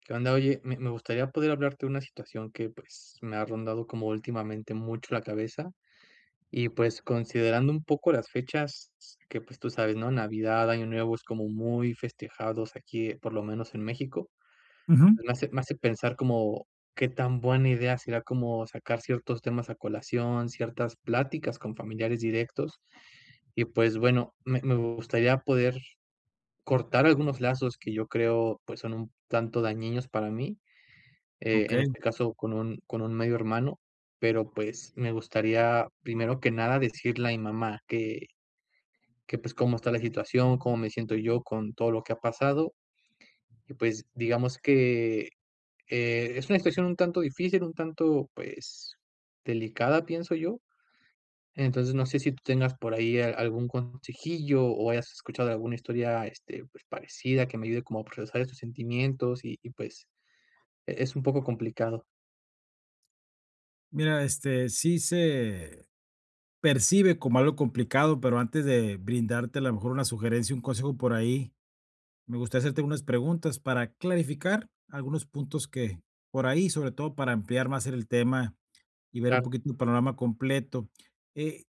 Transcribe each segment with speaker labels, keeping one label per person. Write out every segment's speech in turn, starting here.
Speaker 1: ¿Qué onda? Oye, me gustaría poder hablarte de una situación que pues me ha rondado como últimamente mucho la cabeza y pues considerando un poco las fechas que pues tú sabes, ¿no? Navidad, Año Nuevo es como muy festejados aquí, por lo menos en México.
Speaker 2: Ujú,
Speaker 1: Pues, me hace pensar como qué tan buena idea será como sacar ciertos temas a colación, ciertas pláticas con familiares directos. Y pues bueno, me gustaría poder cortar algunos lazos que yo creo pues son un tanto dañinos para mí, en
Speaker 2: okey.
Speaker 1: este caso con un medio hermano, pero, pues, me gustaría, primero que nada, decirle a mi mamá que, pues, cómo está la situación, cómo me siento yo con todo lo que ha pasado. Y, pues, digamos que, es una situación un tanto difícil, un tanto, pues, delicada, pienso yo. Entonces, no sé si tú tengas por ahí a algún consejillo o hayas escuchado alguna historia, este, pues, parecida que me ayude como a procesar estos sentimientos y, pues, es un poco complicado.
Speaker 2: Mira, sí se percibe como algo complicado, pero antes de brindarte a lo mejor una sugerencia, un consejo por ahí, me gustaría hacerte unas preguntas para clarificar algunos puntos que por ahí, sobre todo para ampliar más el tema y ver un poquito el panorama completo. Eh,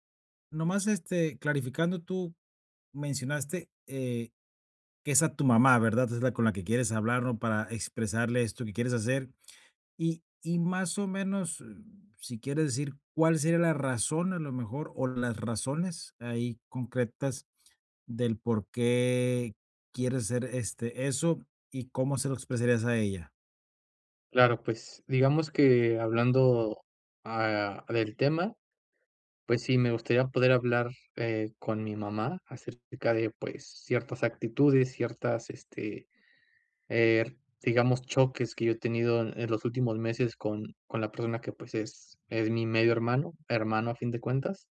Speaker 2: nomás, clarificando, tú mencionaste, que es a tu mamá, ¿verdad? Es la con la que quieres hablar, ¿no? Para expresarle esto que quieres hacer. Y más o menos, si quieres decir cuál sería la razón, a lo mejor, o las razones ahí concretas del por qué quieres hacer, eso y cómo se lo expresarías a ella.
Speaker 1: Claro, pues digamos que hablando del tema, pues sí, me gustaría poder hablar, con mi mamá acerca de pues ciertas actitudes, ciertas, este, eh, digamos, choques que yo he tenido en los últimos meses con la persona que pues es mi medio hermano, hermano a fin de cuentas.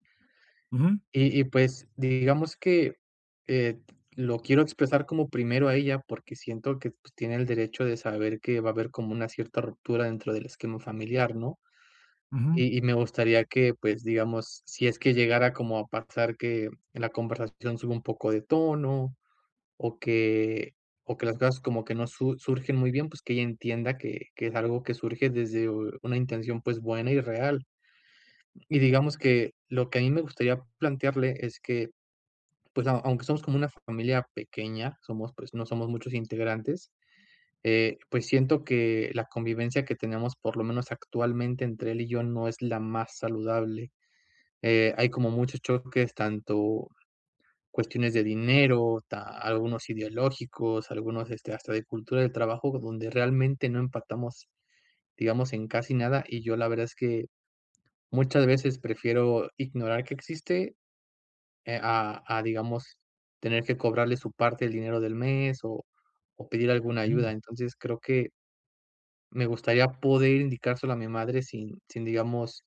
Speaker 2: Ujú,
Speaker 1: Pues digamos que eh, lo quiero expresar como primero a ella porque siento que pues, tiene el derecho de saber que va a haber como una cierta ruptura dentro del esquema familiar, ¿no?
Speaker 2: ujú.
Speaker 1: Y me gustaría que, pues, digamos, si es que llegara como a pasar que la conversación sube un poco de tono, o que o que las cosas como que no su surgen muy bien, pues, que ella entienda que es algo que surge desde u una intención, pues, buena y real. Y digamos que lo que a mí me gustaría plantearle es que, pues, a aunque somos como una familia pequeña, somos, pues, no somos muchos integrantes, pues, siento que la convivencia que tenemos, por lo menos actualmente, entre él y yo, no es la más saludable. Hay como muchos choques, tanto cuestiones de dinero, algunos ideológicos, algunos este, hasta de cultura del trabajo, donde realmente no empatamos, digamos, en casi nada. Y yo la verdad es que muchas veces prefiero ignorar que existe, digamos, tener que cobrarle su parte del dinero del mes o pedir alguna
Speaker 2: Mm.
Speaker 1: ayuda. Entonces creo que me gustaría poder indicárselo a mi madre sin digamos,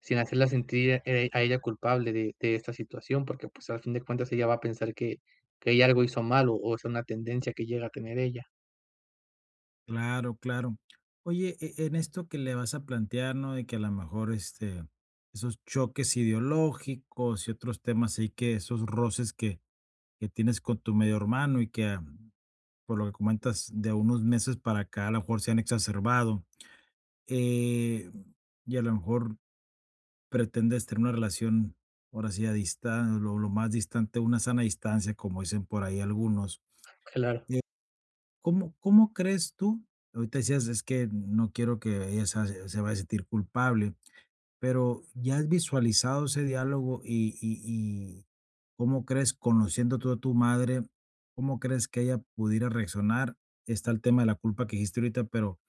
Speaker 1: sin hacerla sentir, a ella culpable de esta situación, porque, pues, al fin de cuentas ella va a pensar que ella algo hizo mal, o es una tendencia que llega a tener ella.
Speaker 2: Claro, claro. Oye, en esto que le vas a plantear, ¿no? De que a lo mejor, esos choques ideológicos y otros temas ahí que esos roces que tienes con tu medio hermano y que a por lo que comentas, de unos meses para acá, a lo mejor se han exacerbado. eh, y a lo mejor pretendes tener una relación, ahora sí, a distancia, lo más distante, una sana distancia, como dicen por ahí algunos.
Speaker 1: Claro.
Speaker 2: Eh, ¿Cómo, cómo crees tú? Ahorita decías, es que no quiero que ella se vaya a sentir culpable. Pero, ¿ya has visualizado ese diálogo? Y, ¿Cómo crees, conociendo tú a tu madre, cómo crees que ella pudiera reaccionar? Está el tema de la culpa que dijiste ahorita, pero,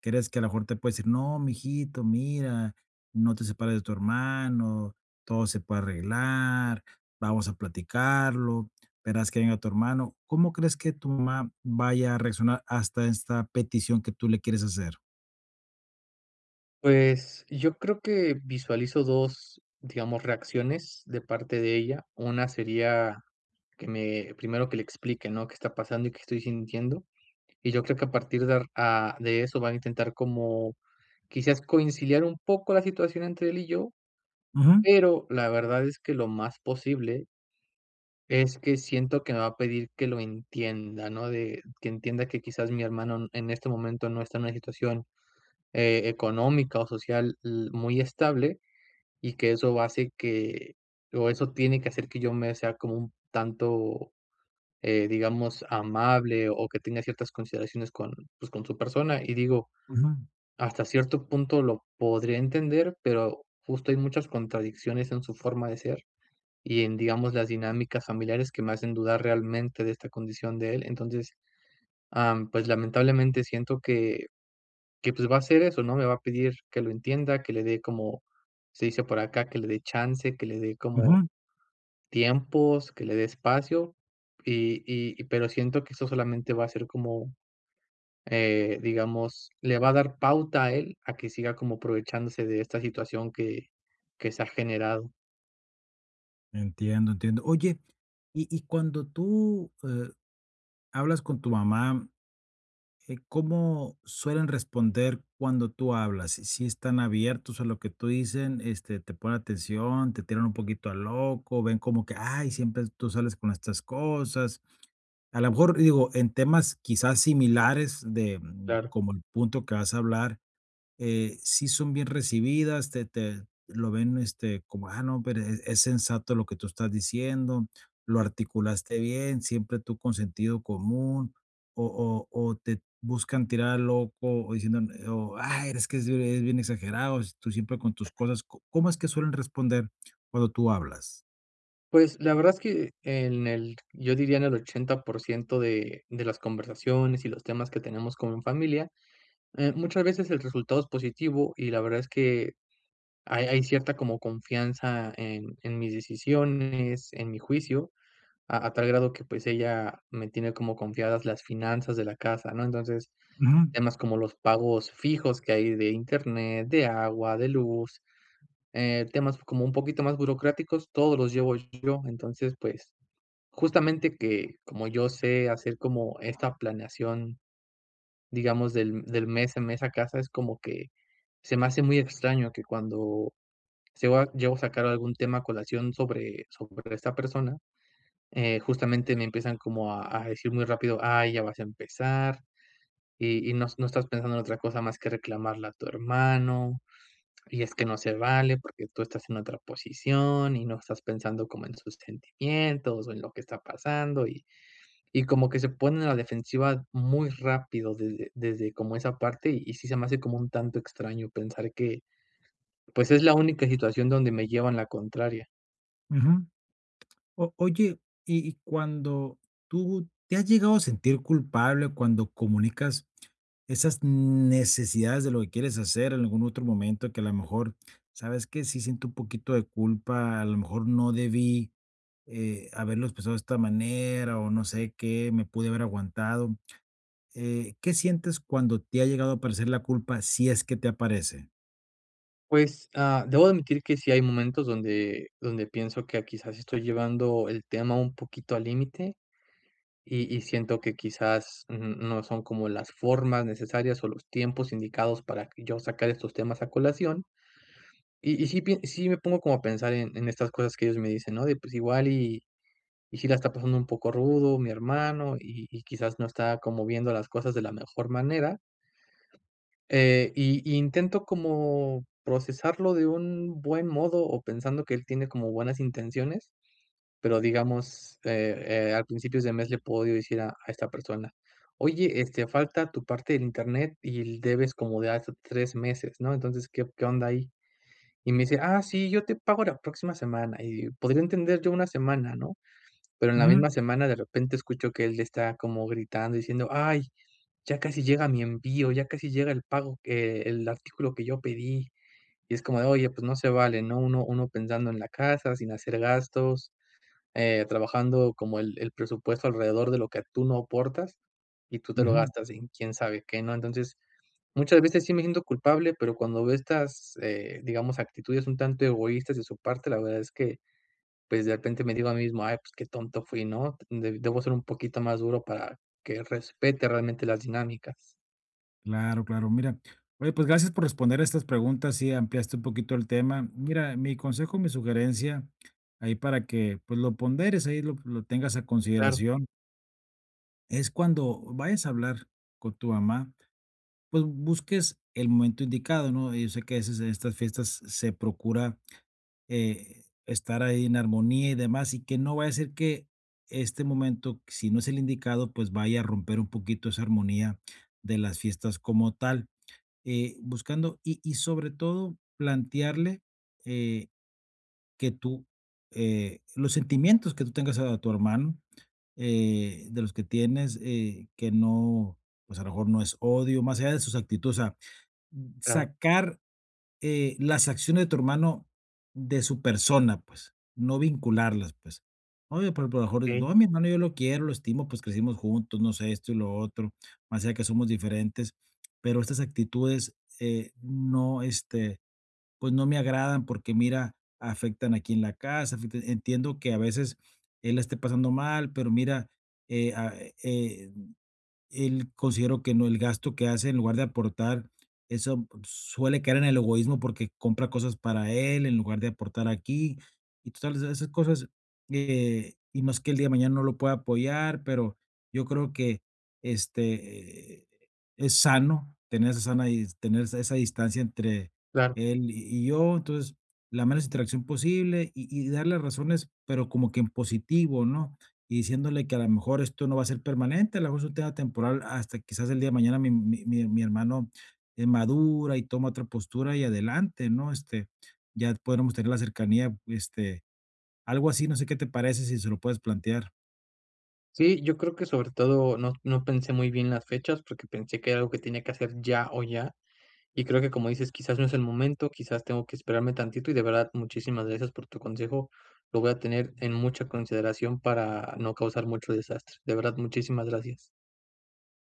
Speaker 2: ¿crees que a lo mejor te puede decir: "No, mijito, mira, no te separes de tu hermano, todo se puede arreglar, vamos a platicarlo, verás que venga tu hermano"? ¿Cómo crees que tu mamá vaya a reaccionar hasta esta petición que tú le quieres hacer?
Speaker 1: Pues, yo creo que visualizo 2 digamos, reacciones de parte de ella. Una sería que me primero que le explique, ¿no?, qué está pasando y qué estoy sintiendo. Y yo creo que a partir de de eso van a intentar como quizás conciliar un poco la situación entre él y yo,
Speaker 2: Ujú,
Speaker 1: pero la verdad es que lo más posible es que siento que me va a pedir que lo entienda, ¿no? De, que entienda que quizás mi hermano en este momento no está en una situación, económica o social muy estable y que eso hace que, o eso tiene que hacer que yo me sea como un tanto, digamos, amable o que tenga ciertas consideraciones con, pues, con su persona. Y digo,
Speaker 2: ujú,
Speaker 1: hasta cierto punto lo podría entender, pero justo hay muchas contradicciones en su forma de ser y en, digamos, las dinámicas familiares que me hacen dudar realmente de esta condición de él. Entonces, pues lamentablemente siento que pues va a hacer eso, ¿no? Me va a pedir que lo entienda, que le dé como, se dice por acá, que le dé chance, que le dé como
Speaker 2: ujú.
Speaker 1: tiempos, que le dé espacio, pero siento que eso solamente va a ser como, digamos, le va a dar pauta a él a que siga como aprovechándose de esta situación que se ha generado.
Speaker 2: Entiendo, entiendo. Oye, y cuando tú hablas con tu mamá, ¿cómo suelen responder cuando tú hablas? Si están abiertos a lo que tú dicen, te ponen atención, te tiran un poquito a loco, ven como que, ay, siempre tú sales con estas cosas. A lo mejor, digo, en temas quizás similares de
Speaker 1: Claro.
Speaker 2: como el punto que vas a hablar sí son bien recibidas, te lo ven, como, ah, no, pero es sensato lo que tú estás diciendo, lo articulaste bien, siempre tú con sentido común, o te buscan tirar al loco, o diciendo, o, ay, eres que es bien exagerado, es- tú siempre con tus cosas, ¿có cómo es que suelen responder cuando tú hablas?
Speaker 1: Pues, la verdad es que en el yo diría en el 80% de las conversaciones y los temas que tenemos como en familia, muchas veces el resultado es positivo y la verdad es que hay cierta como confianza en mis decisiones, en mi juicio, a tal grado que, pues, ella me tiene como confiadas las finanzas de la casa, ¿no? Entonces,
Speaker 2: Ujú,
Speaker 1: temas como los pagos fijos que hay de Internet, de agua, de luz, temas como un poquito más burocráticos, todos los llevo yo. Entonces, pues, justamente que, como yo sé hacer como esta planeación, digamos, del mes en mes a casa, es como que se me hace muy extraño que cuando llego a sacar algún tema a colación sobre esta persona, justamente me empiezan como a decir muy rápido: "Ay, ya vas a empezar, y no estás pensando en otra cosa más que reclamarla a tu hermano, y es que no se vale porque tú estás en otra posición y no estás pensando como en sus sentimientos o en lo que está pasando", y como que se ponen a la defensiva muy rápido desde como esa parte, y sí se me hace como un tanto extraño pensar que, pues, es la única situación donde me llevan la contraria.
Speaker 2: ujú. O Oye, y cuando tú, ¿te has llegado a sentir culpable cuando comunicas esas necesidades de lo que quieres hacer en algún otro momento que a lo mejor, ¿sabes que sí siento un poquito de culpa, a lo mejor no debí haberlo expresado de esta manera o no sé qué, me pude haber aguantado. ¿Qué sientes cuando te ha llegado a aparecer la culpa si es que te aparece?
Speaker 1: Pues, debo admitir que sí hay momentos donde pienso que quizás estoy llevando el tema un poquito al límite, y siento que quizás n no son como las formas necesarias o los tiempos indicados para que yo sacar estos temas a colación. Y sí pien sí me pongo como a pensar en estas cosas que ellos me dicen, ¿no? De, pues, igual y Y sí la está pasando un poco rudo mi hermano, y quizás no está como viendo las cosas de la mejor manera, y intento como procesarlo de un buen modo, o pensando que él tiene como buenas intenciones, pero digamos, al principio de mes le puedo yo decir a esta persona: "Oye, este, falta tu parte del internet y debes como de hace 3 meses, ¿no? Entonces, ¿qué onda ahí?". Y me dice: "Ah, sí, yo te pago la próxima semana", y podría entender yo una semana, ¿no? Pero en la
Speaker 2: Ujú,
Speaker 1: misma semana de repente escucho que él está como gritando diciendo: "Ay, ya casi llega mi envío, ya casi llega el pago que el artículo que yo pedí". Y es como de, oye, pues no se vale, ¿no? Uno pensando en la casa, sin hacer gastos, trabajando como el presupuesto alrededor de lo que tú no aportas, y tú te lo
Speaker 2: ujú.
Speaker 1: gastas en quién sabe qué, ¿no? Entonces, muchas veces sí me siento culpable, pero cuando veo estas, digamos, actitudes un tanto egoístas de su parte, la verdad es que pues de repente me digo a mí mismo, ay, pues qué tonto fui, ¿no? Debo ser un poquito más duro para que respete realmente las dinámicas.
Speaker 2: Claro, claro, mira. Oye, pues gracias por responder a estas preguntas y ampliaste un poquito el tema. Mira, mi consejo, mi sugerencia ahí para que pues lo ponderes, ahí lo tengas a
Speaker 1: Claro,
Speaker 2: consideración. Es cuando vayas a hablar con tu mamá, pues busques el momento indicado, ¿no? Yo sé que a veces en estas fiestas se procura estar ahí en armonía y demás, y que no vaya a ser que este momento, si no es el indicado, pues vaya a romper un poquito esa armonía de las fiestas como tal, buscando y sobre todo plantearle eh, que tú, los sentimientos que tú tengas a tu hermano, de los que tienes, que no, pues a lo mejor no es odio, más allá de sus actitudes, o sea,
Speaker 1: claro,
Speaker 2: sacar las acciones de tu hermano de su persona, pues, no vincularlas, pues. Oye, pero a lo mejor, dices,
Speaker 1: sí,
Speaker 2: no, mi hermano yo lo quiero, lo estimo, pues crecimos juntos, no sé, esto y lo otro, más allá que somos diferentes, pero estas actitudes no, pues no me agradan porque mira, afectan aquí en la casa, afectan entiendo que a veces él la esté pasando mal, pero mira, eh, ah, eh, él considero que no, el gasto que hace en lugar de aportar, eso suele caer en el egoísmo porque compra cosas para él en lugar de aportar aquí. Y total, esas cosas, y más que el día de mañana no lo pueda apoyar, pero yo creo que este, eh, es sano tener esa sana dis- tener esa distancia entre
Speaker 1: claro.
Speaker 2: él y yo. Entonces, la menos interacción posible y darle razones, pero como que en positivo, ¿no? Y diciéndole que a lo mejor esto no va a ser permanente, a lo mejor es un tema temporal hasta quizás el día de mañana mi hermano, madura y toma otra postura y adelante, ¿no? Ya podremos tener la cercanía, algo así, no sé qué te parece si se lo puedes plantear.
Speaker 1: Sí, yo creo que sobre todo no, no pensé muy bien las fechas porque pensé que era algo que tenía que hacer ya o ya. Y creo que como dices, quizás no es el momento, quizás tengo que esperarme tantito y de verdad muchísimas gracias por tu consejo. Lo voy a tener en mucha consideración para no causar mucho desastre. De verdad, muchísimas gracias.